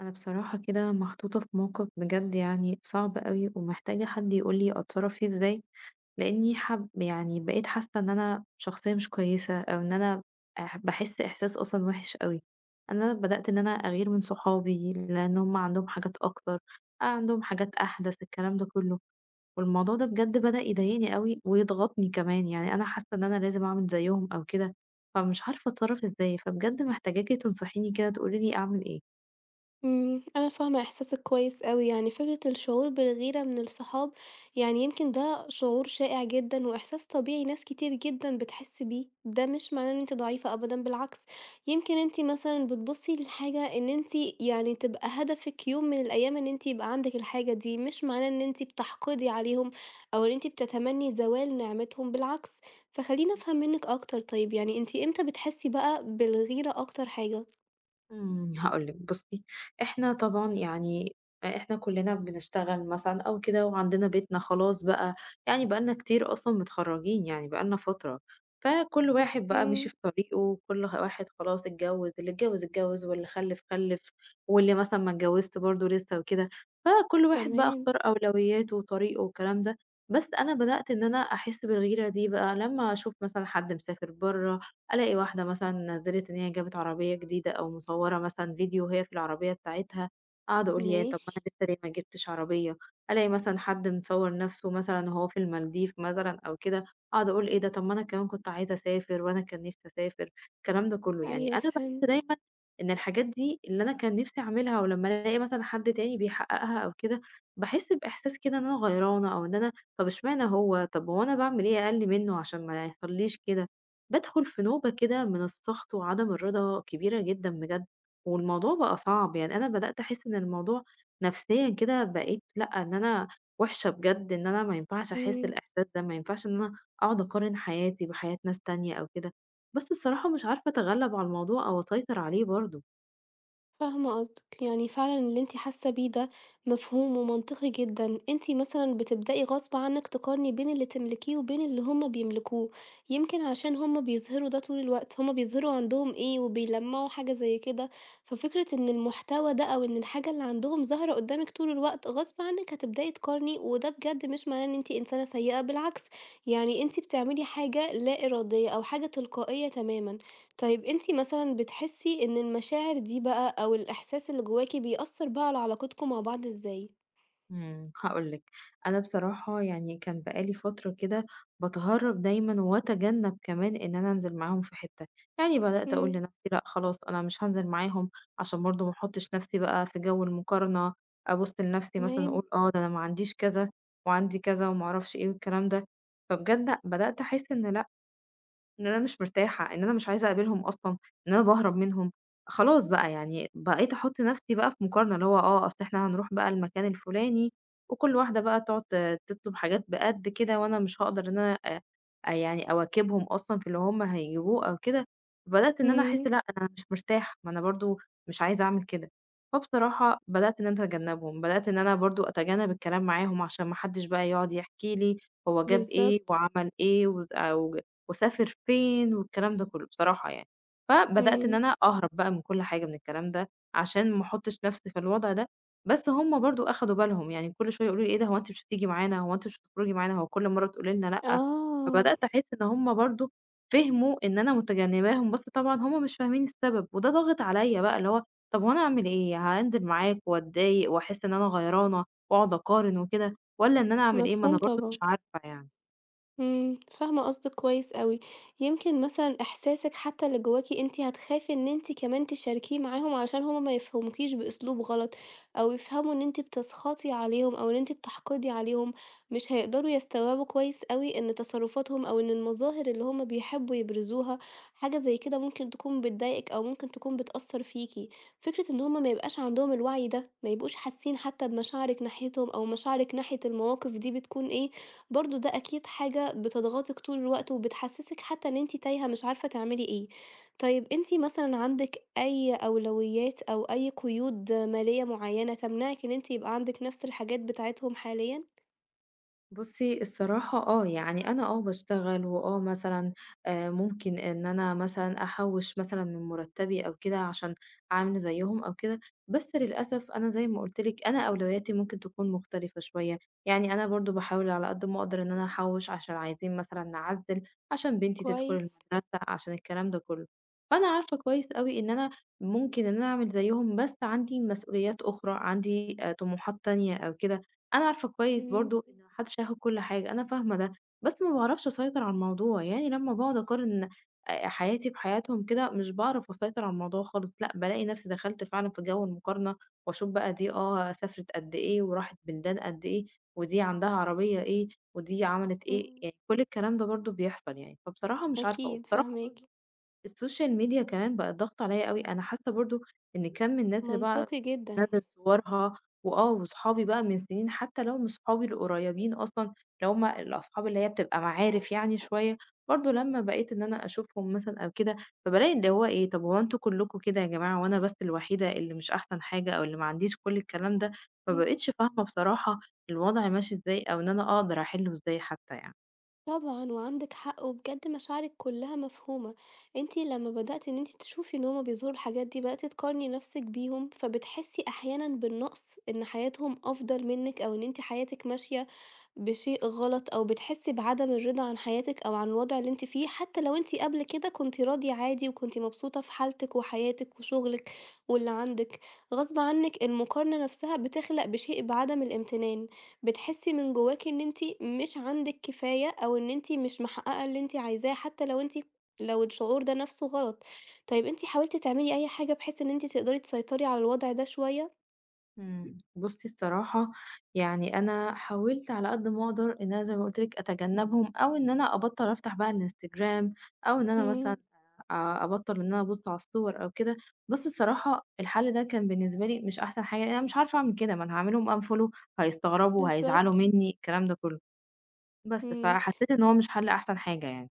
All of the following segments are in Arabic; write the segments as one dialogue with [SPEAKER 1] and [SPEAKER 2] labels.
[SPEAKER 1] انا بصراحة كده محطوطة في موقف بجد، يعني صعب قوي ومحتاجة حد يقولي اتصرف فيه ازاي. لاني حب، يعني، بقيت حاسة ان انا شخصية مش كويسة او ان انا بحس احساس اصلا وحش قوي. انا بدأت ان انا اغير من صحابي لان هم عندهم حاجات اكتر، عندهم حاجات احدث، الكلام ده كله. والموضوع ده بجد بدأ يضايقني قوي ويضغطني كمان، يعني انا حاسة ان انا لازم اعمل زيهم او كده. فمش عارفة اتصرف ازاي، فبجد محتاجاكي تنصحيني كده، تقوليلي اعمل ايه.
[SPEAKER 2] أنا فاهمة إحساسِك كويس أوي، يعني فكرة الشعور بالغيرة من الصحاب، يعني يمكن ده شعور شائع جدًا وإحساس طبيعي ناس كتير جدًا بتحس بيه، ده مش معناه إن أنتِ ضعيفة أبدًا بالعكس، يمكن أنتِ مثلًا بتبُصّي للحاجة إن أنتِ يعني تبقى هدفِك يوم من الأيام إن أنتِ يبقى عندِك الحاجة دي، مش معناه إن أنتِ بتحقدي عليهم أو إن أنتِ بتتمني زوال نعمتهم بالعكس، فخلّيني أفهم منِّك أكتر طيب، يعني أنتِ إمتى بتحسي بقى بالغيرة أكتر حاجة؟
[SPEAKER 1] هاقول لِك، بُصّي. إحنا طبعًا، يعني، إحنا كلّنا بنشتغل مثلًا أو كده، وعندنا بيتنا خلاص بقى. يعني بقى لنا كتير أصلًا متخرّجين، يعني بقى لنا فترة. فكل واحد بقى مشي
[SPEAKER 2] إمم،
[SPEAKER 1] في طريقه، كل واحد خلاص اتجوّز، اللي اتجوّز اتجوّز واللي خلِّف خلِّف، واللي مثلًا ما اتجوّزت برضه لسه وكده. فكل واحد بقى
[SPEAKER 2] تمام.
[SPEAKER 1] اختار أولوياته وطريقه والكلام ده. بس أنا بدأت إن أنا أحس بالغيرة دي بقى لمّا أشوف مثلًا حد مسافر برّه، الاقي واحده مثلا نزلت ان هي جابت عربيه جديده، او مصوره مثلا فيديو وهي في العربيه بتاعتها، اقعد اقول يا طب،
[SPEAKER 2] ماشي،
[SPEAKER 1] ما انا لسه ليه ما جبتش عربيه. الاقي مثلا حد مصور نفسه مثلا هو في المالديف مثلا او كده، اقعد اقول ايه ده، طب ما انا كمان كنت عايزه اسافر وانا كان نفسي اسافر. الكلام ده كله، يعني
[SPEAKER 2] أيوه
[SPEAKER 1] انا بحس
[SPEAKER 2] فهمت،
[SPEAKER 1] دايما ان الحاجات دي اللي انا كان نفسي اعملها ولما الاقي مثلا حد تاني بيحققها او كده، بحس باحساس كده ان انا غيرانه او ان انا، طب اشمعنى هو، طب هو انا بعمل ايه اقل منه عشان ما يحصليش كده. بادخل في نوبة كده من السخط وعدم الرضا كبيرة جدًا بجد. والموضوع بقى صعب، يعني أنا بدأت أحس إن الموضوع نفسيًا كده بقيت لأ، إن أنا وِحشة بجد، إن أنا ما ينفعش أحس
[SPEAKER 2] إمم،
[SPEAKER 1] الإحساس ده، ما ينفعش إن أنا أقعد أقارن حياتي بحياة ناس تانية أو كده. بس الصراحة مش عارفة أتغلب على الموضوع أو أسيطر عليه برضه.
[SPEAKER 2] فاهمة قصدك، يعني فعلًا اللي أنتِ حاسة بيه ده مفهوم ومنطقي جدًا، أنتِ مثلًا بتبدئي غصب عنِك تقارني بين اللي تملكيه وبين اللي هُم بيملكوه، يمكن علشان هُم بيظهروا ده طول الوقت، هُم بيظهروا عندهم إيه وبيلمّعوا حاجة زي كده، ففكرة إن المحتوى ده أو إن الحاجة اللي عندهم ظاهرة قدامِك طول الوقت، غصب عنِك هتبدئي تقارني، وده بجد مش معناه إن أنتِ إنسانة سيئة، بالعكس يعني أنتِ بتعملي حاجة لا إرادية أو حاجة تلقائية تمامًا. طيب أنتِ مثلًا بتحسي إن المشاعر دي بقى أو الإحساس اللي جواكِ بيأثّر بقى على علاقتكم مع بعض إزاي؟
[SPEAKER 1] هاقول لِك. أنا بصراحة يعني كان بقى لي فترة كده باتهرّب دايمًا وأتجنب كمان إن أنا أنزل معاهم في حتّة، يعني بدأت أقول
[SPEAKER 2] إمم،
[SPEAKER 1] لنفسي لأ خلاص أنا مش هانزل معاهم، عشان برضه ما أحطّش نفسي بقى في جو المقارنة، أبُص لنفسي مثلًا
[SPEAKER 2] تمام،
[SPEAKER 1] أقول آه ده أنا ما عنديش كذا وعندي كذا وما أعرفش إيه والكلام ده. فبجد بدأت أحس إن لأ، إن أنا مش مرتاحة، إن أنا مش عايزة أقابلهم أصلًا، إن أنا باهرب منهم. خلاص بقى، يعني بقيت أحُط نفْسي بقى في مقارنة، اللي هو آه، أصل إحنا هنروح بقى المكان الفلاني، وكل واحدة بقى تقعد تطلب حاجات بقد كده، وأنا مش هاقدر إن أنا، يعني، أواكبهم أصلًا في اللي هُم هيجيبوه أو كده. بدأت إن أنا أحس
[SPEAKER 2] إمم،
[SPEAKER 1] لأ، أنا مش مرتاحة، ما أنا برضه مش عايزة أعمل كده. فبصراحة بدأت إن أنا أتجنبهم، بدأت إن أنا برضه أتجنب الكلام معاهم، عشان ما حدش بقى يقعد يحكي لي هو جاب إيه
[SPEAKER 2] بالضبط،
[SPEAKER 1] وعمل إيه وز أو وأسافر فين والكلام ده كله بصراحة يعني. فبدأت إن
[SPEAKER 2] إمم،
[SPEAKER 1] أنا أهرب بقى من كل حاجة من الكلام ده، عشان ما أحطش نفسي في الوضع ده. بس هم برضه أخدوا بالهم، يعني كل شوية يقولوا لي: "إيه ده، هو أنتِ مش هتيجي معانا، هو أنتِ مش هتخرجي معانا، هو كل مرة تقولي لنا لأ."
[SPEAKER 2] آه،
[SPEAKER 1] فبدأت أحس إن هم برضه فهموا إن أنا متجنباهم، بس طبعًا هم مش فاهمين السبب، وده ضاغط عليَّ بقى، اللي هو طب هو أنا أعمل إيه؟ هانزل معاك وأتضايق وأحس إن أنا غيرانة وأقعد أقارن وكده، والّا إن أنا أعمل إيه؟ ما
[SPEAKER 2] مفهوم
[SPEAKER 1] أنا برضه
[SPEAKER 2] طبعًا.
[SPEAKER 1] مش عارفة يعني.
[SPEAKER 2] فاهمة قصدِك كويس أوي، يمكن مثلًا إحساسِك حتى اللي جواكِ أنتِ هتخافي إن أنتِ كمان تشاركيه معاهم علشان هُم ما يفهموكيش بأسلوب غلط، أو يفهموا إن أنتِ بتسخطي عليهم أو إن أنتِ بتحقدي عليهم، مش هيقدروا يستوعبوا كويس أوي إن تصرفاتهم أو إن المظاهر اللي هُم بيحبوا يبرزوها، حاجة زي كده ممكن تكون بتضايقِك أو ممكن تكون بتأثّر فيكِ. فكرة إن هُم ما يبقاش عندهم الوعي ده، ما يبقوش حاسين حتى بمشاعرِك ناحيتهم أو مشاعرِك ناحية المواقف دي بتكون إيه، برضه ده أكيد حاجة بتضغطِك طول الوقت، وبتحسسِك حتى إن أنتِ تايهة مش عارفة تعملي إيه. طيب أنتِ مثلًا عندِك أي أولويات أو أي قيود مالية معينة تمنعِك إن أنتِ يبقى عندِك نفس الحاجات بتاعتهم حاليًا؟
[SPEAKER 1] بُصّي الصراحة آه، يعني أنا آه باشتغل، وآه مثلًا ممكن إن أنا مثلًا أحوّش مثلًا من مرتبي أو كده عشان أعمل زيّهم أو كده. بس للأسف أنا زي ما قُلت لِك أنا أولوياتي ممكن تكون مختلفة شوية، يعني أنا برضه باحاول على قد ما أقدر إن أنا أحوّش عشان عايزين مثلًا نعزّل، عشان بنتي تدخل
[SPEAKER 2] كويس.
[SPEAKER 1] المدرسة، عشان الكلام ده كلّه. فأنا عارفة كويس أوي إن أنا ممكن إن أنا أعمل زيّهم بس عندي مسؤوليات أخرى، عندي طموحات تانية أو كده. أنا عارفة كويس
[SPEAKER 2] إمم،
[SPEAKER 1] برضه
[SPEAKER 2] إمم.
[SPEAKER 1] إن ما حدش هياخد كل حاجة، أنا فاهمة ده. بس ما باعرفش أسيطر على الموضوع، يعني لمّا باقعد أقارن حياتي بحياتهم كده مش باعرف أسيطر على الموضوع خالص، لأ بالاقي نفسي دخلت فعلًا في جو المقارنة، وأشوف بقى دي آه سافرت قد إيه، وراحت بلدان قد إيه، ودي عندها عربية إيه، ودي عملت إيه،
[SPEAKER 2] إمم،
[SPEAKER 1] يعني كل الكلام ده برضه بيحصل يعني. فبصراحة مش عارفة،
[SPEAKER 2] أكيد
[SPEAKER 1] وبصراحة
[SPEAKER 2] فاهماكِ.
[SPEAKER 1] برضه السوشيال ميديا كمان بقت ضاغطة عليَّ أوي، أنا حاسة برضه إن كَم من الناس اللي بقى
[SPEAKER 2] منطقي جدًا.
[SPEAKER 1] بتنزّل صورها وآه، وصحابي بقى من سنين، حتى لو مش صحابي القريبين أصلًا، اللي هُم الأصحاب اللي هي بتبقى معارف يعني شوية، برضه لمّا بقيت إن أنا أشوفهم مثلًا أو كده، فبالاقي اللي هو إيه، طب هو أنتم كلكم كده يا جماعة وأنا بس الوحيدة اللي مش أحسن حاجة أو اللي ما عنديش كل الكلام ده؟ ما
[SPEAKER 2] إمم.
[SPEAKER 1] بقيتش فاهمة بصراحة الوضع ماشي إزاي، أو إن أنا أقدر أحلّه إزاي حتى يعني.
[SPEAKER 2] طبعًا وعندِك حق، وبجد مشاعرِك كلّها مفهومة، أنتِ لمّا بدأتِ إن أنتِ تشوفي إن هُم بيظهروا الحاجات دي، بدأتِ تقارني نفسِك بيهم، فبتحسي أحيانًا بالنقص، إن حياتهم أفضل منِّك أو إن أنتِ حياتِك ماشية بشيء غلط، أو بتحسي بعدم الرضا عن حياتِك أو عن الوضع اللي أنتِ فيه، حتى لو أنتِ قبل كده كنتِ راضية عادي وكنتِ مبسوطة في حالتِك وحياتِك وشغلِك واللي عندِك، غصب عنِّك المقارنة نفسها بتخلق بشيء بعدم الامتنان. بتحسي من جواكِ إن أنتِ مش عندِك كفاية، أو إن أنتِ مش محققة اللي أنتِ عايزاه، حتى لو أنتِ لو الشعور ده نفسه غلط. طيب أنتِ حاولتِ تعملي أي حاجة بحيث إن أنتِ تقدري تسيطري على الوضع ده شوية؟
[SPEAKER 1] بُصّي الصراحة، يعني أنا حاولت على قد ما أقدر إن أنا زي ما قُلت لِك أتجنّبهم، أو إن أنا أبطّل أفتح بقى الإنستجرام، أو إن أنا
[SPEAKER 2] إمم،
[SPEAKER 1] مثلًا أبطّل إن أنا أبُص على الصور أو كده. بس الصراحة الحل ده كان بالنسبة لي مش أحسن حاجة، لإن أنا مش عارفة أعمل كده، ما أنا هاعمل لهم unfollow، هيستغربوا، هيزعلوا
[SPEAKER 2] بالضبط،
[SPEAKER 1] منّي، الكلام ده كلّه. بس
[SPEAKER 2] إمم.
[SPEAKER 1] فحسّيت إن هو مش حل أحسن حاجة يعني.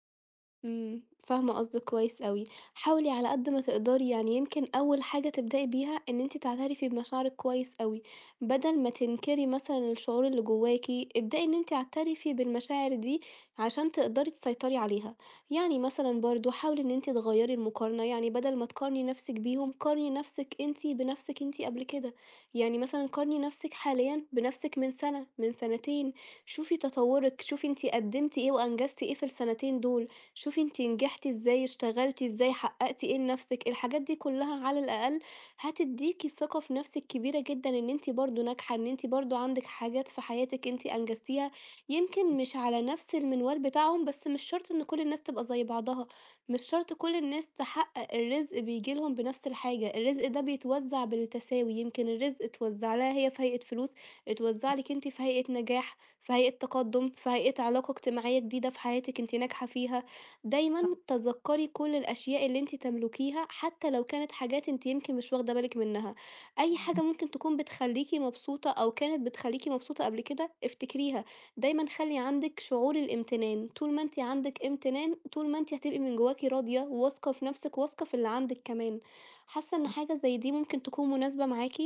[SPEAKER 2] فاهمة قصدِك كويس أوي، حاولي على قد ما تقدري يعني يمكن أول حاجة تبدئي بيها إن أنتِ تعترفي بمشاعرِك كويس أوي، بدل ما تنكري مثلًا الشعور اللي جواكِ، ابدئي إن أنتِ اعترفي بالمشاعر دي عشان تقدري تسيطري عليها، يعني مثلًا برضه حاولي إن أنتِ تغيّري المقارنة، يعني بدل ما تقارني نفسِك بيهم قارني نفسِك أنتِ بنفسِك أنتِ قبل كده، يعني مثلًا قارني نفسِك حاليًا بنفسِك من سنة، من سنتين، شوفي تطوّرِك، شوفي أنتِ قدمتِ إيه وأنجزتِ إيه في السنتين دول. شوفي أنتِ نجحتِ إزاي، اشتغلتِ إزاي، حققتِ إيه لنفسِك، الحاجات دي كلها على الأقل هتديكِ ثقة في نفسِك كبيرة جدًا إن أنتِ برضه ناجحة، إن أنتِ برضه عندِك حاجات في حياتِك أنتِ أنجزتيها، يمكن مش على نفس المنوال بتاعهم، بس مش شرط إن كل الناس تبقى زي بعضها، مش شرط كل الناس تحقق الرزق بييجي لهم بنفس الحاجة، الرزق ده بيتوزع بالتساوي، يمكن الرزق اتوزع لها هي في هيئة فلوس، اتوزع لِك أنتِ في هيئة نجاح، في هيئة تقدُّم، في هيئة علاقة اجتماعية جديدة في حياتِك أنتِ ناجحة فيها. دايمًا
[SPEAKER 1] صح.
[SPEAKER 2] تذكّري كل الأشياء اللي أنتِ تملكيها، حتى لو كانت حاجات أنتِ يمكن مش واخدة بالِك منها، أي
[SPEAKER 1] إمم،
[SPEAKER 2] حاجة
[SPEAKER 1] إمم.
[SPEAKER 2] ممكن تكون بتخلّيكِ مبسوطة أو كانت بتخلّيكِ مبسوطة قبل كده افتكريها، دايمًا خلّي عندِك شعور الامتنان، طول ما أنتِ عندِك امتنان، طول ما أنتِ هتبقي من جواكِ راضية وواثقة في نفسِك، وواثقة في اللي عندِك كمان، حاسة إن حاجة زي دي ممكن تكون مناسبة معاكِ؟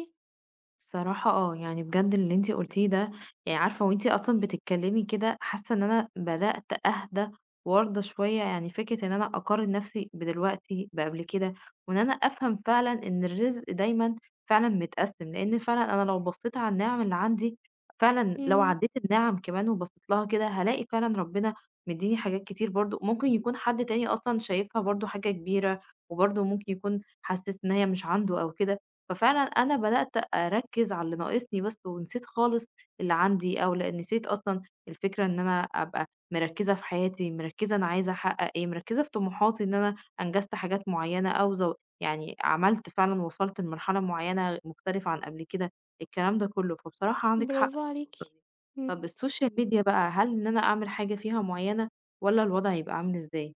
[SPEAKER 1] الصراحة آه، يعني بجد اللي أنتِ قُلتيه ده، يعني عارفة وأنتِ أصلًا بتتكلمي كده حاسة إن أنا بدأت أهدى وأرضى شوية. يعني فكرة إن أنا أقارن نفسي بدلوقتي بقبل كده، وإن أنا أفهم فعلًا إن الرزق دايمًا فعلًا متقسم، لإن فعلًا أنا لو بصيت على النِّعَم اللي عندي، فعلًا لو
[SPEAKER 2] إمم،
[SPEAKER 1] عدّيت النِّعَم كمان وبصيت لها كده هالاقي فعلًا ربنا مدّيني حاجات كتير برضه، ممكن يكون حد تاني أصلًا شايفها برضه حاجة كبيرة، وبرضه ممكن يكون حاسس إن هي مش عنده أو كده. ففعلًا أنا بدأت أركّز على اللي ناقصني بس، ونسيت خالص اللي عندي، أو لأ نسيت أصلًا الفكرة إن أنا أبقى مركّزة في حياتي، مركّزة أنا عايزة أحقق إيه، مركّزة في طموحاتي، إن أنا أنجزت حاجات معيّنة أو زو يعني عملت فعلًا، وصلت لمرحلة معيّنة مختلفة عن قبل كده، الكلام ده كُلّه. فبصراحة عندِك حق
[SPEAKER 2] برافو
[SPEAKER 1] في
[SPEAKER 2] عليكِ،
[SPEAKER 1] النقطة دي. طَب
[SPEAKER 2] إمم.
[SPEAKER 1] السوشيال ميديا بقى، هل إن أنا أعمل حاجة فيها معيّنة، والّا الوضع يبقى عامل إزاي؟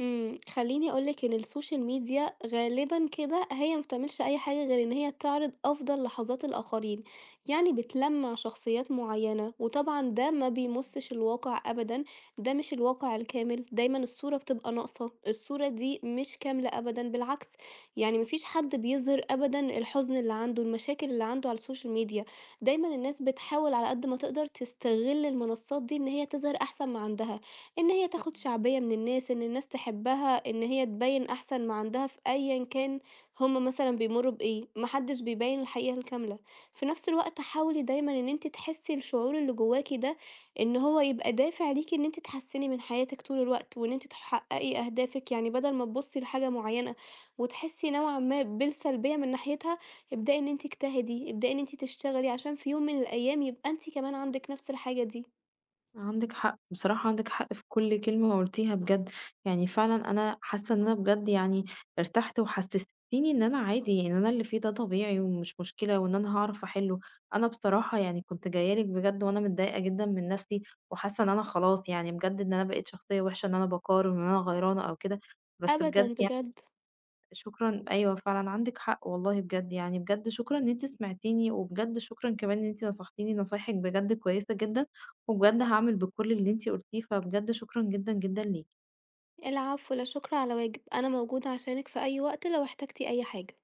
[SPEAKER 2] خلّيني أقول لِك إن السوشيال ميديا غالبًا كده هي ما بتعملش أي حاجة غير إن هي بتعرض أفضل لحظات الآخرين، يعني بتلمّع شخصيات معيّنة، وطبعًا ده ما بيمُسّش الواقع أبدًا، ده مش الواقع الكامل، دايمًا الصورة بتبقى ناقصة، الصورة دي مش كاملة أبدًا، بالعكس يعني ما فيش حد بيظهِر أبدًا الحزن اللي عنده، المشاكل اللي عنده على السوشيال ميديا، دايمًا الناس بتحاول على قد ما تقدر تستغِل المنصات دي إن هي تظهِر أحسن ما عندها. إن هي تاخد شعبية من الناس، إن الناس تحبها، إن هي تبيّن أحسن ما عندها في أيًا كان هم مثلًا بيمرّوا بإيه، ما حدش بيبيّن الحقيقة الكاملة، في نفس الوقت حاولي دايمًا إن أنتِ تحسي الشعور اللي جواكِ ده، إن هو يبقى دافع ليكِ إن أنتِ تحسّني من حياتِك طول الوقت، وإن أنتِ تحققي أهدافِك، يعني بدل ما تبُصّي لحاجة معيّنة وتحسي نوعًا ما بالسلبية من ناحيتها، ابدئي إن أنتِ اجتهدي، ابدئي إن أنتِ تشتغلي عشان في يوم من الأيام يبقى أنتِ كمان عندِك نفس الحاجة دي.
[SPEAKER 1] عندِك حق، بصراحة عندِك حق في كل كلمة قُلتيها بجد. يعني فعلًا أنا حاسة إن أنا بجد يعني ارتحت، وحسستيني إن أنا عادي، إن أنا اللي فيه ده طبيعي ومش مشكلة وإن أنا هاعرف أحلّه. أنا بصراحة يعني كنت جاية لِك بجد وأنا متضايقة جدًا من نَفْسي، وحاسة إن أنا خلاص يعني بجد إن أنا بقيت شخصية وِحشة، إن أنا باقارن وإن أنا غيرانة أو كده، بس بجد
[SPEAKER 2] أبدًا
[SPEAKER 1] يعني
[SPEAKER 2] بجد.
[SPEAKER 1] شكرًا. أيوه فعلًا عندِك حق والله بجد، يعني بجد شكرًا إن أنتِ سمعتيني، وبجد شكرًا كمان إن أنتِ نصحتيني، نصايحِك بجد كويسة جدًا، وبجد هاعمل بكل اللي أنتِ قُلتيه، فبجد شكرًا جدًا، جدًا ليكِ.
[SPEAKER 2] العفو، لا شكر على واجب، أنا موجودة عشانك في أي وقت لو احتجتي أي حاجة.